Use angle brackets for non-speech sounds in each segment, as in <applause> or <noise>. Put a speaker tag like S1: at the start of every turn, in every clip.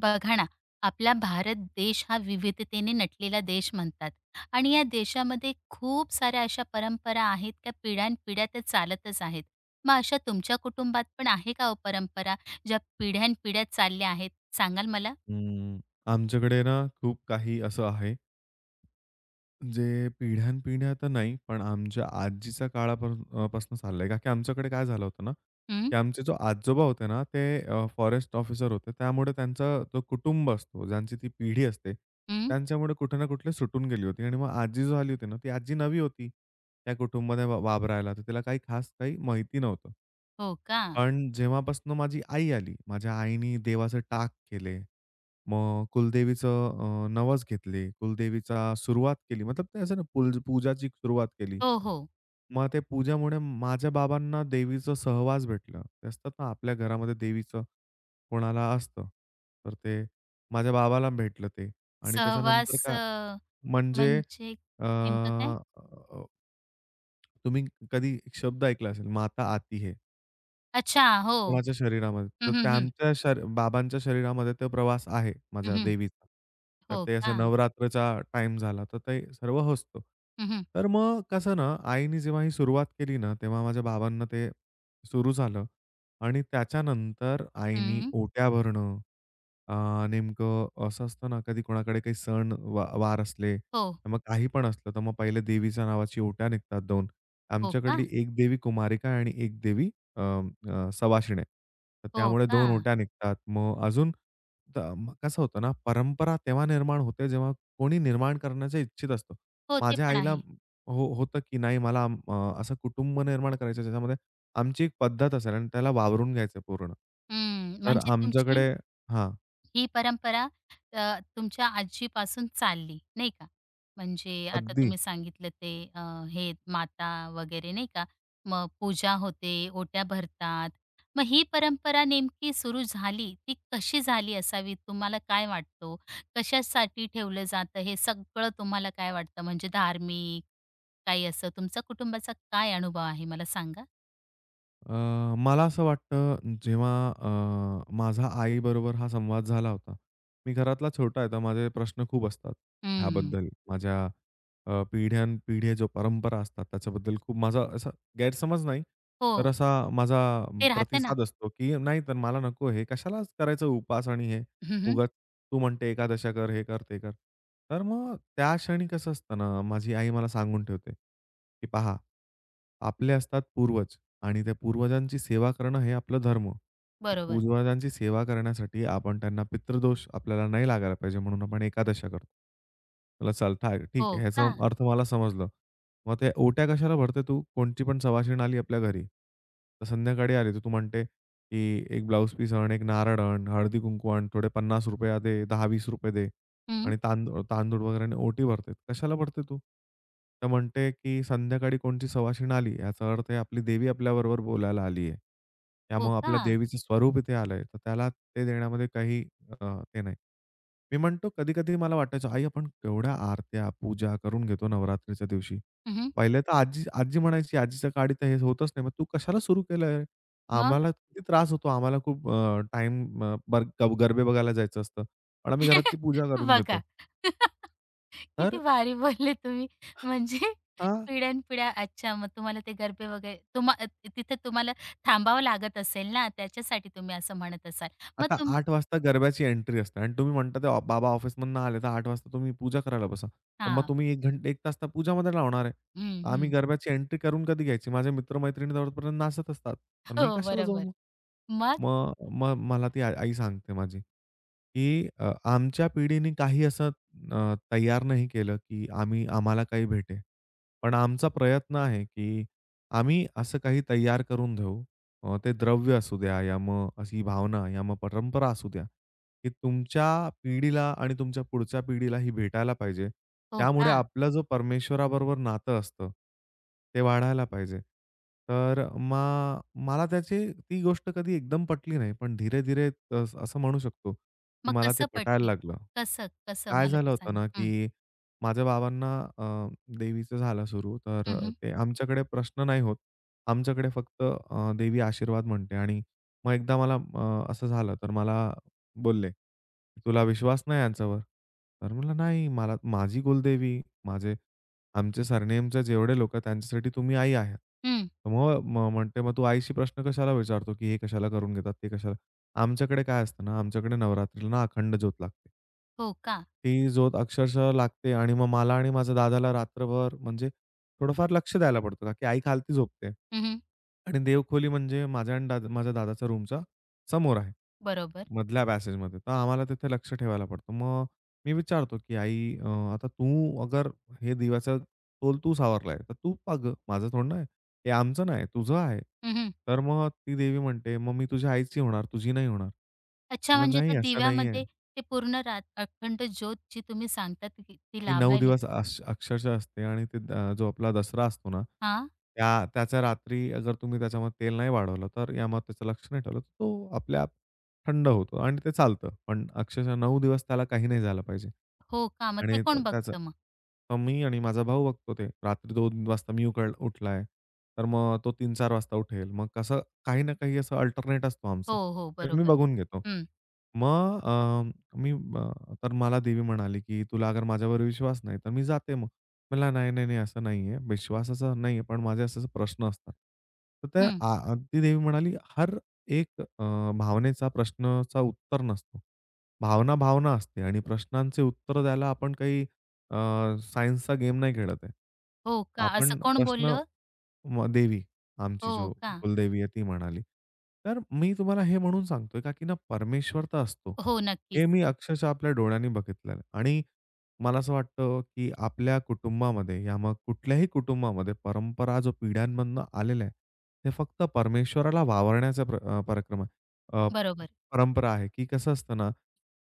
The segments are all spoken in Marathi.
S1: बघा ना, आपला भारत देश हा विविधतेने नटलेला देश म्हणतात आणि या देशामध्ये खूप साऱ्या अशा परंपरा आहेत, त्या पिढ्यानपिढ्या त्या चालतच आहेत. मग अशा तुमच्या कुटुंबात पण आहे का हो परंपरा, ज्या पिढ्यानपिढ्या चालल्या आहेत? सांगाल मला?
S2: हं. आमच्याकडे ना खूप काही असं आहे, जे पिढ्यानपिढ्या तर नाही, पण आमच्या आजीच्या काळापासून पासून चाललंय. का की आमच्याकडे काय झालं होतं ना,
S1: हं,
S2: की आमचे जो आजोबा होते ना, ते फॉरेस्ट ऑफिसर होते. त्यामुळे त्यांचा जो कुटुंब असतो, ज्यांची ती पिढी असते,
S1: हं.
S2: त्यांच्यामुळे कुठे ना कुठे सुटून गेली होती. आणि मग आजी झाली होती ना, ती आजी नवी होती त्या कुटुंबामध्ये वावरायला. तर तिला काही खास काही माहिती नव्हतं.
S1: हो का?
S2: पण जेव्हापासनं माझी आई आली, माझ्या आईनी देवाचे टाक केले. मग कुलदेवीचं नवस घेतले. कुलदेवीचा सुरुवात केली. मतलब ते असं ना पूजाची सुरुवात केली.
S1: हो, हो.
S2: मग ते पूजामुळे माझ्या बाबांना देवीचं सहवास भेटलं. ते असतात ना आपल्या घरामध्ये देवीचं कोणाला असतं. तर ते माझ्या बाबाला भेटलं ते आणि
S1: सहवास
S2: त्याच्यानंतर काय म्हणजे
S1: म्हणजे
S2: अ,
S1: नेमकं काय?
S2: अ, तुम्ही कधी एक शब्द ऐकला असेल, माता आती है.
S1: अच्छा, हो.
S2: कोणाच्या शरीरामध्ये.
S1: हं,
S2: तर
S1: हं, हं.
S2: त्यांच्या शरी बाबांच्या शरीरामध्ये तो प्रवास आहे
S1: हं,
S2: माझ्या
S1: हं.
S2: देवीचा. तर
S1: हो
S2: ते असं
S1: का?
S2: नवरात्रचा टाईम झाला, तर ते सर्व होसतो.
S1: हं, हं.
S2: तर मग कसं ना, आईने जेव्हा ही सुरुवात केली ना, तेव्हा माझ्या बाबांना ते सुरू झालं आणि त्याच्यानंतर आईनी
S1: हं.
S2: ओट्या भरणं, नेमकं असं असतं ना, कधी कोणाकडे काही सण वा वार असले,
S1: हो.
S2: तर मग काही पण असलं, तर मग पहिले देवीच्या नावाची ओट्या निघतात 2.
S1: हो का?
S2: आमच्याकडली एक देवी कुमारिका आणि एक देवी अ, अ, सवाशिण्या. तर
S1: हो
S2: त्यामुळे
S1: का?
S2: 2 ओट्या निघतात. मग अजून मग कसं होतं ना, परंपरा तेव्हा निर्माण होते, जेव्हा कोणी निर्माण करण्याच्या इच्छित असतो.
S1: हो, ते
S2: माझ्या
S1: पण
S2: आईला
S1: आहे.
S2: हो होतं, की नाही असं कुटुंब निर्माण करायचं आहे, ज्याच्यामध्ये आमची एक पद्धत असेल आणि त्याला वावरून घ्यायचं पूर्ण.
S1: हं,
S2: तर
S1: म्हणजे तुमची
S2: आमच्याकडे हां,
S1: ही परंपरा तुमच्या आजीपासून चालली, नाही का? म्हणजे आता
S2: अगदी.
S1: तुम्ही सांगितलं ते हे माता वगैरे नाही का? मग पूजा होते, ओट्या भरतात. मग ही परंपरा नेमकी सुरू झाली, ती कशी झाली असावी? तुम्हाला काय वाटतो? कशासाठी ठेवलं जातं हे सगळं तुम्हाला काय वाटतं? म्हणजे धार्मिक काही असं तुमचा कुटुंबाचा काय अनुभव आहे मला सांगा?
S2: अ, मला असं वाटतं जेव्हा माझा आईबरोबर हा संवाद झाला होता. मी घरातला छोटा आहे तर माझे प्रश्न खूप असतात
S1: हं.
S2: ह्याबद्दल. माझ्या पिढ्यानपिढ्या जो परंपरा असतात त्याच्याबद्दल खूप माझा असा गैरसमज नाही, तर
S1: हो,
S2: असा माझा
S1: ते राहतं ना.
S2: प्रतिसाद असतो, की "नाही तर मला नको हे. कशाला करायचं उपवास आणि हे
S1: हं, हं.
S2: उगाच तू म्हणते एकादशा कर, हे कर, ते कर." तर मग त्या क्षणी कसं असतं ना, माझी आई मला सांगून ठेवते, की "पहा, आपले असतात पूर्वज. आणि त्या पूर्वजांची सेवा करणं हे आपलं धर्म. तर
S1: बरोबर.
S2: पूर्वजांची सेवा करण्यासाठी आपण त्यांना पितृदोष आपल्याला नाही लागायला पाहिजे म्हणून आपण एकादशा करतो. मला चल ठाक
S1: हो
S2: ठीक आहे. ह्याचा
S1: का?
S2: अर्थ मला समजलं. मग त्या ओट्या कशाला भरते तू? कोणची पण सवासीण आली आपल्या घरी. तर संध्याकाळी आली तर तू म्हणते, की एक ब्लाउज पीस आण, एक नारळ आण, हळदी-कुंकू आण, थोडे ₹50 दे, ₹10-20 दे.
S1: हं.
S2: आणि तांदूळ तांदूळ वगैरे आणि ओटी भरते. कशाला भरते तू? तर म्हणते, की संध्याकाळी कोणची सवासीण आली, याचा अर्थ आहे आपली देवी आपल्याबरोबर बोलायला आली आहे.
S1: हो
S2: त्यामुळे
S1: का?
S2: आपल्या देवीचं स्वरूप इथे आलंय, तर त्याला ते देण्यामध्ये काही अ, ते नाही. मी म्हणतो कधी-कधी मला वाटायचं, "आई, आपण केवढ्या आरत्या, पूजा करून घेतो नवरात्रीच्या दिवशी."
S1: हं, हं.
S2: पहिले तर आजी आजी म्हणायची, "आजीच्या काळी तर हे होतच नाही. मग तू कशाला सुरू केलंय?
S1: मग?
S2: आम्हाला किती त्रास होतो. आम्हाला खूप गरबे बघायला जायचं असतं. पण आम्ही घरात ती
S1: <laughs>
S2: पूजा करून घेतो."
S1: बघा. <laughs> किती
S2: तर
S1: भारी बोलले तुम्ही. म्हणजे
S2: अ,
S1: पिढ्यानपिढ्या अच्छा, मग तुम्हाला ते गरबे वगैरे तिथे तुम्हाला थांबावं लागत असेल ना, त्याच्यासाठी तुम्ही असं म्हणत असाल. मग
S2: आता 8:00 वाजता गरब्याची एंट्री असते आणि तुम्ही म्हणता ते बाबा ऑफिसमधनं आले तर 8:00 वाजता तुम्ही पूजा करायला बसा. तर मग
S1: हां.
S2: तुम्ही 1 तास तर पूजामध्ये लावणार आहे.
S1: हं,
S2: आम्ही
S1: हं.
S2: गरब्याची एंट्री करून कधी घ्यायची? माझे मित्र-मैत्रिणी जवळपर्यंत नाचत असतात. तर
S1: हो,
S2: मी कशाला जाऊ
S1: बरोबर.
S2: मग?
S1: मग?
S2: मग मग मला ती आ आई सांगते माझी, की "आमच्या पिढीने काही असं तयार नाही केलं, की आम्ही आम्हाला काही भेटे. पण आमचा प्रयत्न आहे, की आम्ही असं काही तयार करून देऊ. ते द्रव्य असू द्या, या मग अशी भावना, या मग परंपरा असू द्या." की तुमच्या पिढीला आणि तुमच्या पुढच्या पिढीला ही भेटायला पाहिजे.
S1: हो
S2: त्यामुळे
S1: का?
S2: आपला जो परमेश्वराबरोबर नातं असतं, ते वाढायला पाहिजे. तर मग मला त्याची ती गोष्ट कधी एकदम पटली नाही. पण धीरे-धीरे असं म्हणू शकतो, की
S1: मग
S2: मला ते
S1: कसं
S2: पटायला
S1: पटली?
S2: लागलं.
S1: कसं, कसं
S2: काय
S1: मला
S2: झालं
S1: ते
S2: होतं
S1: सांगा?
S2: ना,
S1: हं.
S2: की माझ्या बाबांना देवीचं झालं सुरू.
S1: हं,
S2: तर
S1: हं.
S2: ते आमच्याकडे प्रश्न नाही होत. आमच्याकडे फक्त देवी आशीर्वाद म्हणते आणि मग एकदा मला असं झालं, तर मला बोलले, "तुला विश्वास नाही यांच्यावर?" तर म्हणलं, "नाही, मला माझी कुलदेवी, माझे आमचे सरनेमचे जेवढे लोकं आहेत त्यांच्यासाठी तुम्ही आई आहात." तर मग म्हणते, "मग तू आईशी प्रश्न कशाला विचारतो, की हे कशाला करून घेतात, ते कशाला?" आमच्याकडे काय असतं ना, आमच्याकडे नवरात्रीला ना अखंड ज्योत लागते.
S1: हो का?
S2: ती झोप अक्षरशः लागते आणि मग मला आणि माझ्या दादाला रात्रभर म्हणजे थोडंफार लक्ष द्यायला पडतं, का की आई खालती झोपते.
S1: हं,
S2: आणि देवखोली म्हणजे माझ्या दादाच्या रूमच्या समोर आहे.
S1: बरोबर.
S2: मधल्या पॅसेजमध्ये. तर आम्हाला तिथे लक्ष ठेवायला पडतं. मग मी विचारतो, की "आई आता तू अगर हे दिव्याचा तोल तू सावरलाय, तर तू पाग. माझं थोडं ना हे आमचं नाही, तुझं आहे."
S1: हं.
S2: तर मग ती देवी म्हणते, "मग मी तुझ्या आईची होणार, तुझी नाही होणार."
S1: अच्छा,
S2: म्हटलं,
S1: म्हणजे
S2: "नाही,
S1: त्या
S2: असं नाहीये."
S1: दिव्यामध्ये ते पूर्ण रात अखंड ज्योत जी तुम्ही सांगतात ती ती
S2: ती 9
S1: लावायला
S2: दिवस अक्षरशः असते आणि ते जो आपला दसरा असतो ना,
S1: हां,
S2: त्याच्या रात्री अगर तुम्ही त्याच्यामध्ये तेल नाही वाढवलं, तर यामध्ये त्याचं लक्ष नाही ठेवलं, तर तो आपल्या आप थंड होतो आणि ते चालतं. पण अक्षरशः 9 दिवस त्याला काही नाही झालं पाहिजे.
S1: हो का? मग ते
S2: आणि
S1: कोण
S2: त्याचं
S1: बघतं मग?
S2: तर मी आणि माझा भाऊ बघतो ते. रात्री 2 वाजता मी उठलाय, तर मग तो 3-4 वाजता उठेल. मग कसं काही ना काही असं अल्टरनेट असतो
S1: हो,
S2: आमचं.
S1: हो,
S2: ते मी
S1: बरोबर.
S2: बघून घेतो.
S1: हं,
S2: मग मी तर मला देवी म्हणाली, की "तुला अगर माझ्यावर विश्वास नाही, तर मी जाते मग." म्हणला, "नाही, नाही, नाही, असं नाहीये. विश्वासाचा नाहीये, पण माझे असे असे प्रश्न असतात." तर त्या
S1: हं.
S2: आ आरती देवी म्हणाली, "हर एक भावनेचा प्रश्नाचा उत्तर नसतो. भावना असते आणि प्रश्नांचे उत्तर द्यायला आपण काही अ, सायन्सचा गेम नाही खेळत आहे.
S1: हो का? असं
S2: आपण
S1: कोण
S2: प्रश्न"
S1: बोललं?
S2: मग देवी, आमची
S1: हो
S2: जो
S1: का?
S2: कुलदेवी आहे ती म्हणाली. तर मी तुम्हाला हे म्हणून सांगतोय का की ना परमेश्वर तर असतो.
S1: हो,
S2: हे
S1: नक्कीच.
S2: मी अक्षरशः आपल्या डोळ्यांनी बघितलं आहे. आणि मला असं वाटतं, की आपल्या कुटुंबामध्ये या मग कुठल्याही कुटुंबामध्ये परंपरा जो पिढ्यांमधनं आलेल्या आहे, ते फक्त परमेश्वराला वावरण्याचा पराक्रम आहे. अ,
S1: बरोबर.
S2: परंपरा आहे, की कसं असतं ना,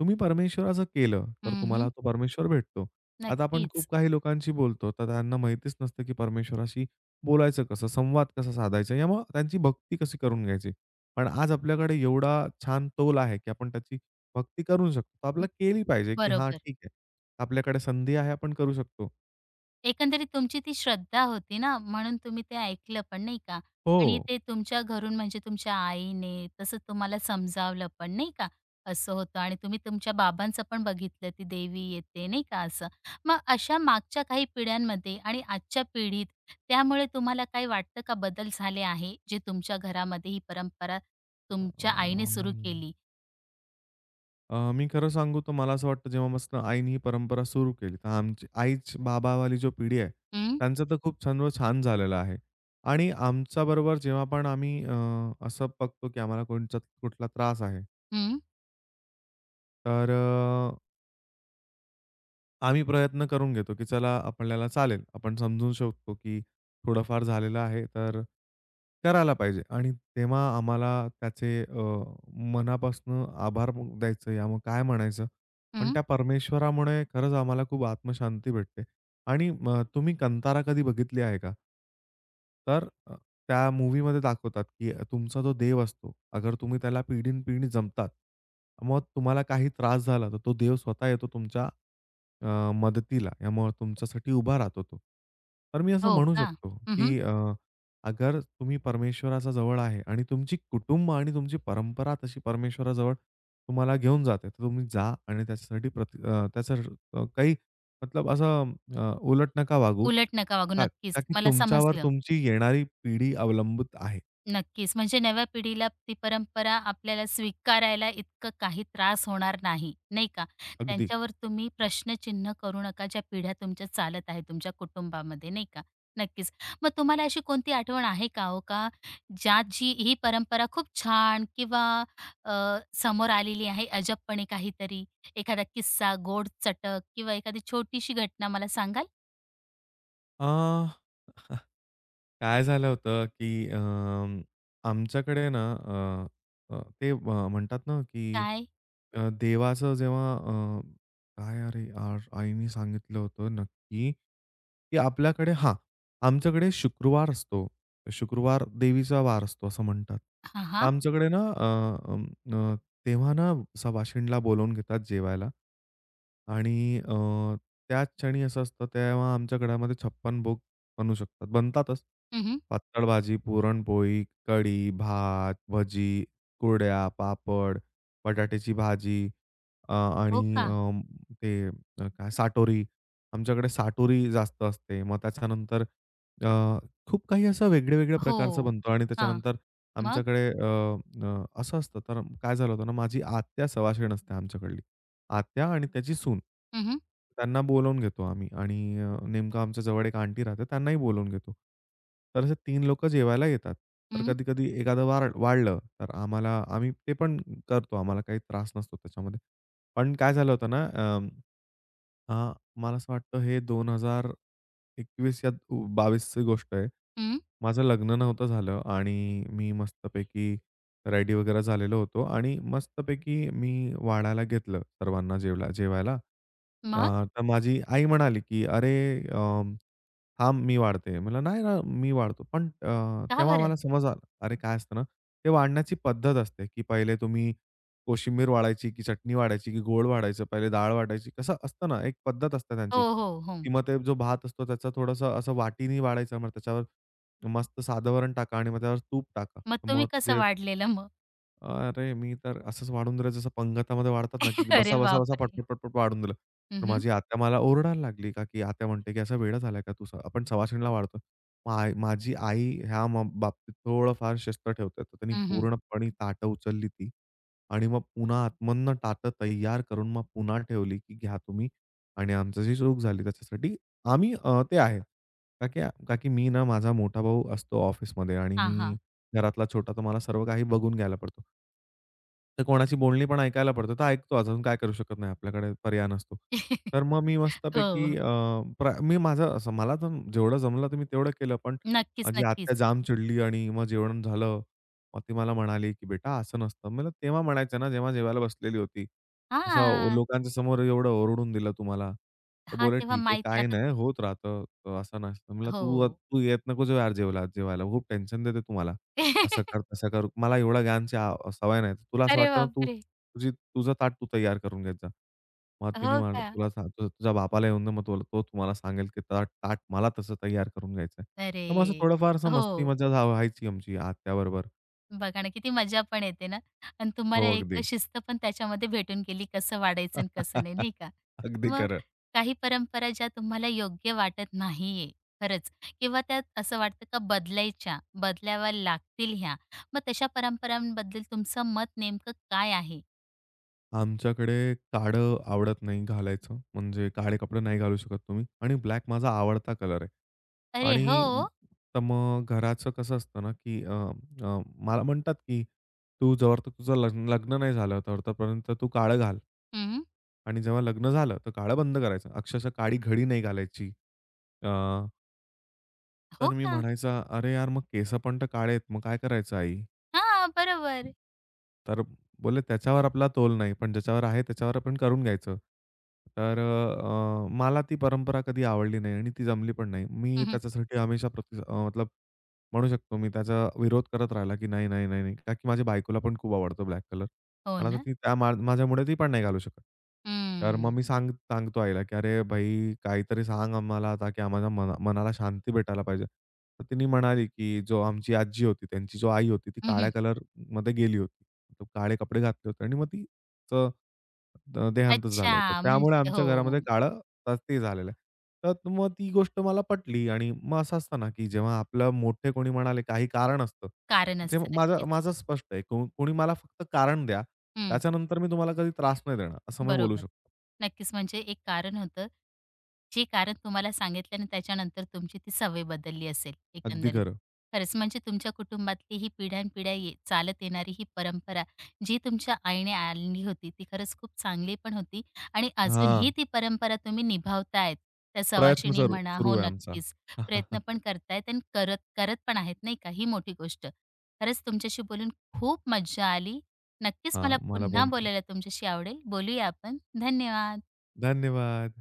S2: तुम्ही परमेश्वराचं केलं, तर
S1: हं,
S2: तुम्हाला
S1: हं.
S2: तो परमेश्वर भेटतो. आता आपण
S1: नक्कीच.
S2: खूप काही लोकांशी बोलतो, तर त्यांना माहितीच नसतं, की परमेश्वराशी बोलायचं कसं? संवाद कसा साधायचा? या मग त्यांची भक्ती कशी करून घ्यायची? पण आज आपल्याकडे एवढा छान तोल आहे, की आपण त्याची भक्ती करू शकतो. तर आपल्याला केली पाहिजे, की हां,
S1: बरोबर.
S2: ठीक आहे. आपल्याकडे संधी आहे, आपण करू शकतो.
S1: एकंदरीत तुमची ती श्रद्धा होती ना, म्हणून तुम्ही ते ऐकलं पण नाही का?
S2: हो.
S1: आणि ते तुमच्या घरून म्हणजे तुमच्या आईने तसं तुम्हाला समजावलं पण नाही का? असं होतं आणि तुम्ही तुमच्या बाबांचं पण बघितलं ती देवी येते नाही का असं. मग अशा मागच्या काही पिढ्यांमध्ये आणि आजच्या पिढीत त्यामुळे तुम्हाला काही वाटतं का बदल झाले आहे, जे तुमच्या घरामध्ये ही परंपरा
S2: अ,
S1: तुमच्या आईने सुरू केली?
S2: अ, मी खरं सांगू तर मला असं वाटतं जेव्हापासून आईने ही परंपरा सुरू केली, तर आमची आईच बाबावाली जो पिढी आहे,
S1: हं,
S2: त्यांचं तर खूप सर्व छान झालेलं आहे. आणि आमच्याबरोबर जेव्हा पण आम्ही असं बघतो की आम्हाला कोणचा कुठला त्रास आहे,
S1: हं,
S2: तर आम्ही प्रयत्न करून घेतो, की चला आपल्याला चालेल. आपण समजून शकतो, की थोडंफार झालेलं आहे, तर करायला पाहिजे. आणि तेव्हा आम्हाला त्याचे मनापासून आभार मग द्यायचं, या मग काय म्हणायचं. पण
S1: हं.
S2: त्या परमेश्वरामुळे खरंच आम्हाला खूप आत्मशांती भेटते. आणि मग तुम्ही कंतारा कधी बघितली आहे का? तर त्या मूव्हीमध्ये दाखवतात, की तुमचा जो देव असतो, अगर तुम्ही त्याला पिढीन-पिढी जमतात, मग तुम्हाला काही त्रास झाला, तर तो देव स्वतः येतो तुमच्या मदतीला. यामुळे तुमच्यासाठी उभा राहतो तो. तर मी असं
S1: हो
S2: म्हणू
S1: का?
S2: शकतो,
S1: हं,
S2: की अगर तुम्ही परमेश्वराच्या जवळ आहे आणि तुमची कुटुंब आणि तुमची परंपरा तशी परमेश्वराजवळ तुम्हाला घेऊन जाते, तर तुम्ही जा आणि त्याच्यासाठी त्याचं अ, काही मतलब असं अ, उलट नका वागू.
S1: उलट नका वागू
S2: का
S1: नक्कीच.
S2: का की
S1: मला
S2: तुमच्यावर
S1: समजलं.
S2: तुमची येणारी पिढी अवलंबित आहे.
S1: नक्कीच. म्हणजे नव्या पिढीला ती परंपरा आपल्याला स्वीकारायला इतकं काही त्रास होणार नाही, नाही का?
S2: अगदी.
S1: त्यांच्यावर तुम्ही प्रश्नचिन्ह करू नका, ज्या पिढ्या तुमच्या चालत आहेत तुमच्या कुटुंबामध्ये, नाही का? नक्कीच. मग तुम्हाला अशी कोणती आठवण आहे का हो, का ज्यात जी ही परंपरा खूप छान किंवा अ, समोर आलेली आहे अजबपणे काहीतरी? एखादा किस्सा, गोड चटक किंवा एखादी छोटीशी घटना मला सांगाल?
S2: अ, <laughs> काय झालं होतं, की आमच्याकडे ना अ, अ, ते अ, म्हणतात ना, की
S1: काय?
S2: देवाचं जेव्हा अ, काय अरे यार, आईने सांगितलं होतं नक्की, की आपल्याकडे हां, आमच्याकडे शुक्रवार असतो. शुक्रवार देवीचा वार असतो असं म्हणतात.
S1: हां, हां.
S2: आमच्याकडे ना तेव्हा ना सवाशिणीला बोलावून घेतात जेवायला. आणि त्याच क्षणी असं असतं तेव्हा आमच्या घरामध्ये 56 भोग बनू शकतात. बनतातच.
S1: हं,
S2: पातळ भाजी, पुरणपोळी, कढी, भात, भजी, कुरड्या, पापड, बटाट्याची भाजी अ,
S1: हो
S2: आणि
S1: का?
S2: अ, ते अ, काय साटोरी. आमच्याकडे साटोरी जास्त असते. मग त्याच्यानंतर अ, खूप काही असं वेगळ्या-वेगळ्या प्रकारचं
S1: हो.
S2: बनतो आणि
S1: हां.
S2: त्याच्यानंतर
S1: मग?
S2: आमच्याकडे अ, अ, असं असतं तर काय झालं होतं ना, माझी आत्या सवाशेण असते आमच्याकडली. आत्या आणि त्याची सून. त्यांना बोलावून घेतो आम्ही आणि नेमकं आमच्या जवळ एक आंटी राहते त्यांनाही बोलावून घेतो. तर असे तीन लोकं जेवायला येतात. तर
S1: हं,
S2: कधी-कधी एखादं वाढलं तर आम्हाला आम्ही ते पण करतो. आम्हाला काही त्रास नसतो त्याच्यामध्ये. पण काय झालं होतं ना अ अ, मला असं वाटतं हे 2021 या 22 ची गोष्ट आहे.
S1: हं.
S2: माझं लग्न नव्हतं झालं आणि मी मस्तपैकी रेडी वगैरे झालेलो होतो आणि मस्तपैकी मी वाढायला घेतलं सर्वांना जेवायला.
S1: मग?
S2: तर माझी आई म्हणाली, की "अरे, अ" "थांब मी वाढते." म्हटलं, "नाही ना, मी वाढतो." पण
S1: का
S2: तेव्हा
S1: बरं?
S2: मला समज आलं. अरे, काय असतं ना, ते वाढण्याची पद्धत असते, की पहिले तुम्ही कोशिंबीर वाढायची, की चटणी वाढायची, की गोड वाढायचं, पहिले डाळ वाटायची. कसं असतं ना, एक पद्धत असते
S1: हो,
S2: त्यांची.
S1: हो, हो.
S2: की मग ते जो भात असतो त्याचा थोडंसं असं वाटीनी वाढायचं. मग त्याच्यावर मस्त साधं वरण टाका आणि मग त्यावर तूप टाका.
S1: मग तुम्ही
S2: मग
S1: कसं
S2: जे
S1: वाढलेलं मग?
S2: अरे, मी तर असंच वाढून दिलं जसं पंगतामध्ये वाढतात ना, की
S1: <laughs> अरे
S2: बसा, बसा, बसा,
S1: बापरे!
S2: पटपट, पटपट वाढून दिलं.
S1: हं,
S2: तर
S1: हं.
S2: माझी आत्या मला ओरडायला लागली का, की आत्या म्हणते, की "असा वेडा झालाय का तू? आपण सवाशणीला वाढतो." मग आई ह्या बाबतीत थोडंफार शिस्त ठेवते. तर त्यांनी
S1: हं, हं.
S2: पूर्णपणे ताटं उचलली ती आणि मग पुन्हा आतमधनं ताटं तयार करून मग पुन्हा ठेवली, की "घ्या तुम्ही आणि आमचं जी चूक झाली त्याच्यासाठी आम्ही ते आहे." का की का की मी ना माझा मोठा भाऊ असतो ऑफिसमध्ये आणि
S1: हां,
S2: मी
S1: हां.
S2: घरातला छोटा, तर मला सर्व काही बघून घ्यायला पडतो. तर कोणाची बोलणी पण ऐकायला पडतं. तर ऐकतो अजून काय करू शकत नाही. आपल्याकडे पर्याय नसतो. तर मग मी
S1: <laughs> हो,
S2: मस्तपैकी
S1: हो.
S2: अ, प्र मी माझं असं मला तर जेवढं जमलं तर मी तेवढं केलं. पण
S1: नक्कीच,
S2: माझी आत्या
S1: नक्कीच.
S2: जाम चिडली आणि मग जेवण झालं. मग ती मला म्हणाली, की "बेटा असं नसतं." मला तेव्हा म्हणायचं ना, जेव्हा जेवायला बसलेली होती.
S1: हां.
S2: लोकांच्या समोर एवढं ओरडून दिलं तुम्हाला. तर
S1: हां,
S2: बोलले,
S1: तेव्हा
S2: "ठीक आहे,
S1: माहिती
S2: काही
S1: आता
S2: नाही होत राहतं. तर असं नसतं." म्हणलं, "तू
S1: हो.
S2: तू येत नको जाऊ यार जेवायला जेवायला. खूप टेन्शन देते तू असं कर,
S1: <laughs>
S2: तसं कर. मला एवढ्या ज्ञानची सवय नाही. तुला असं
S1: अरे
S2: वाटतं ना, तू
S1: बापरे!
S2: तुझी तुझं ताट तू तयार करून घेत जा. मग
S1: हो
S2: तिने मला
S1: का?
S2: तुला सांगतो तुझ्या बापाला येऊन दे, मग तुला तो तुम्हाला सांगेल, की ताट ताट मला तसं तयार करून घ्यायचंय. तर मग असं
S1: अरे!
S2: थोडंफार असं मस्ती
S1: हो.
S2: व्हायची आमची आत्याबरोबर.
S1: बघा ना, किती मजा पण येते ना आणि तुम्हाला
S2: हो,
S1: एक
S2: अगदी.
S1: शिस्त पण त्याच्यामध्ये भेटून गेली, कसं वाढायचं आणि कसं नाही,
S2: <laughs>
S1: नाही का?
S2: अगदी
S1: मग
S2: खरं.
S1: काही परंपरा ज्या तुम्हाला योग्य वाटत नाहीये खरंच किंवा त्यात असं वाटतं का बदलायच्या, बदलाव्या लागतील ह्या. मग तशा परंपरांबद्दल तुमचं मत नेमकं काय आहे?
S2: आमच्याकडे काळं आवडत नाही घालायचं. म्हणजे काळे कपडे नाही घालू शकत तुम्ही आणि ब्लॅक माझा आवडता कलर आहे.
S1: "अरे हो!
S2: आणि तर मग घराचं कसं असतं ना, की अ, अ, मला म्हणतात, की "तू जोवरतक तुझं लग्न लग्न नाही झालं तर तोपर्यंत तू काळं घाल
S1: हं,
S2: आणि जेव्हा लग्न झालं तर काळं बंद करायचं." अक्षरशः काळी घडी नाही घालायची. अ,
S1: हो
S2: तर मी
S1: का?
S2: म्हणायचा, "अरे यार, मग केस पण तर काळे आहेत. मग काय करायचं आई?"
S1: हां, बरोबर.
S2: तर बोलले, "त्याच्यावर आपला तोल नाही, पण ज्याच्यावर आहे त्याच्यावर आपण करून घ्यायचं." तर मला ती परंपरा कधी आवडली नाही आणि ती जमली पण नाही. मी
S1: हं, हं.
S2: त्याच्यासाठी हमेशा प्रति अ, मतलब म्हणू शकतो मी त्याचा विरोध करत राहिला, की नाही, नाही, नाही, नाही. का की माझ्या बायकोला पण खूप आवडतो ब्लॅक कलर.
S1: हो
S2: पण आता
S1: ना?
S2: ती त्या मा माझ्यामुळे ती पण नाही घालू शकत. तर मग मी सांगतो आईला, की "अरे भाई, काहीतरी सांग आम्हाला ताकी आम्हाला मनाला शांती भेटायला पाहिजे." तर तिने म्हणाली, की "जो आमची आजी होती, त्यांची जो आई होती, ती
S1: हं,
S2: काळ्या
S1: हं.
S2: कलरमध्ये गेली होती. तो काळे कपडे घातले होते आणि मग तिचं देहांतच झालं होतं.
S1: अच्छा,
S2: त्यामुळे
S1: म्हणजे
S2: आमच्या
S1: हो,
S2: घरामध्ये काळं तर ते झालेलं आहे." तर मग ती गोष्ट मला पटली आणि मग असं असतं ना, की जेव्हा आपलं मोठे कोणी म्हणाले काही कारण असतं.
S1: कारण
S2: जे
S1: असतं
S2: माझं
S1: नक्कीच.
S2: माझं स्पष्ट आहे. कोणी मला फक्त कारण द्या.
S1: हं,
S2: त्याच्यानंतर मी तुम्हाला कधी त्रास नाही देणार, असं मी बोलू
S1: बरोबर.
S2: शकतो.
S1: नक्कीच. म्हणजे एक कारण होतं, जे कारण तुम्हाला सांगितलं आणि त्याच्यानंतर तुमची ती सवय बदलली असेल
S2: अगदी
S1: एकंदरीत.
S2: खरं.
S1: खरंच म्हणजे तुमच्या कुटुंबातली ही पिढ्यानपिढ्या चालत येणारी ही परंपरा, जी तुमच्या आईने आणली होती, ती खरंच खूप चांगली पण होती आणि अजूनही
S2: हां,
S1: ती परंपरा तुम्ही निभावतायत. त्या
S2: प्रयत्न
S1: सवाशिणी म्हणा
S2: सुरू
S1: हो,
S2: आहे आमचा.
S1: नक्कीच. प्रयत्न
S2: <laughs>
S1: पण करतायत आणि करत करत पण आहेत नाही का, ही मोठी गोष्ट. खरंच तुमच्याशी बोलून खूप मज्जा आली. नक्कीच
S2: हां,
S1: मला
S2: मला
S1: पुन्हा
S2: पण खूप
S1: बोलायला तुमच्याशी आवडेल. बोलूया आपण. धन्यवाद.
S2: धन्यवाद.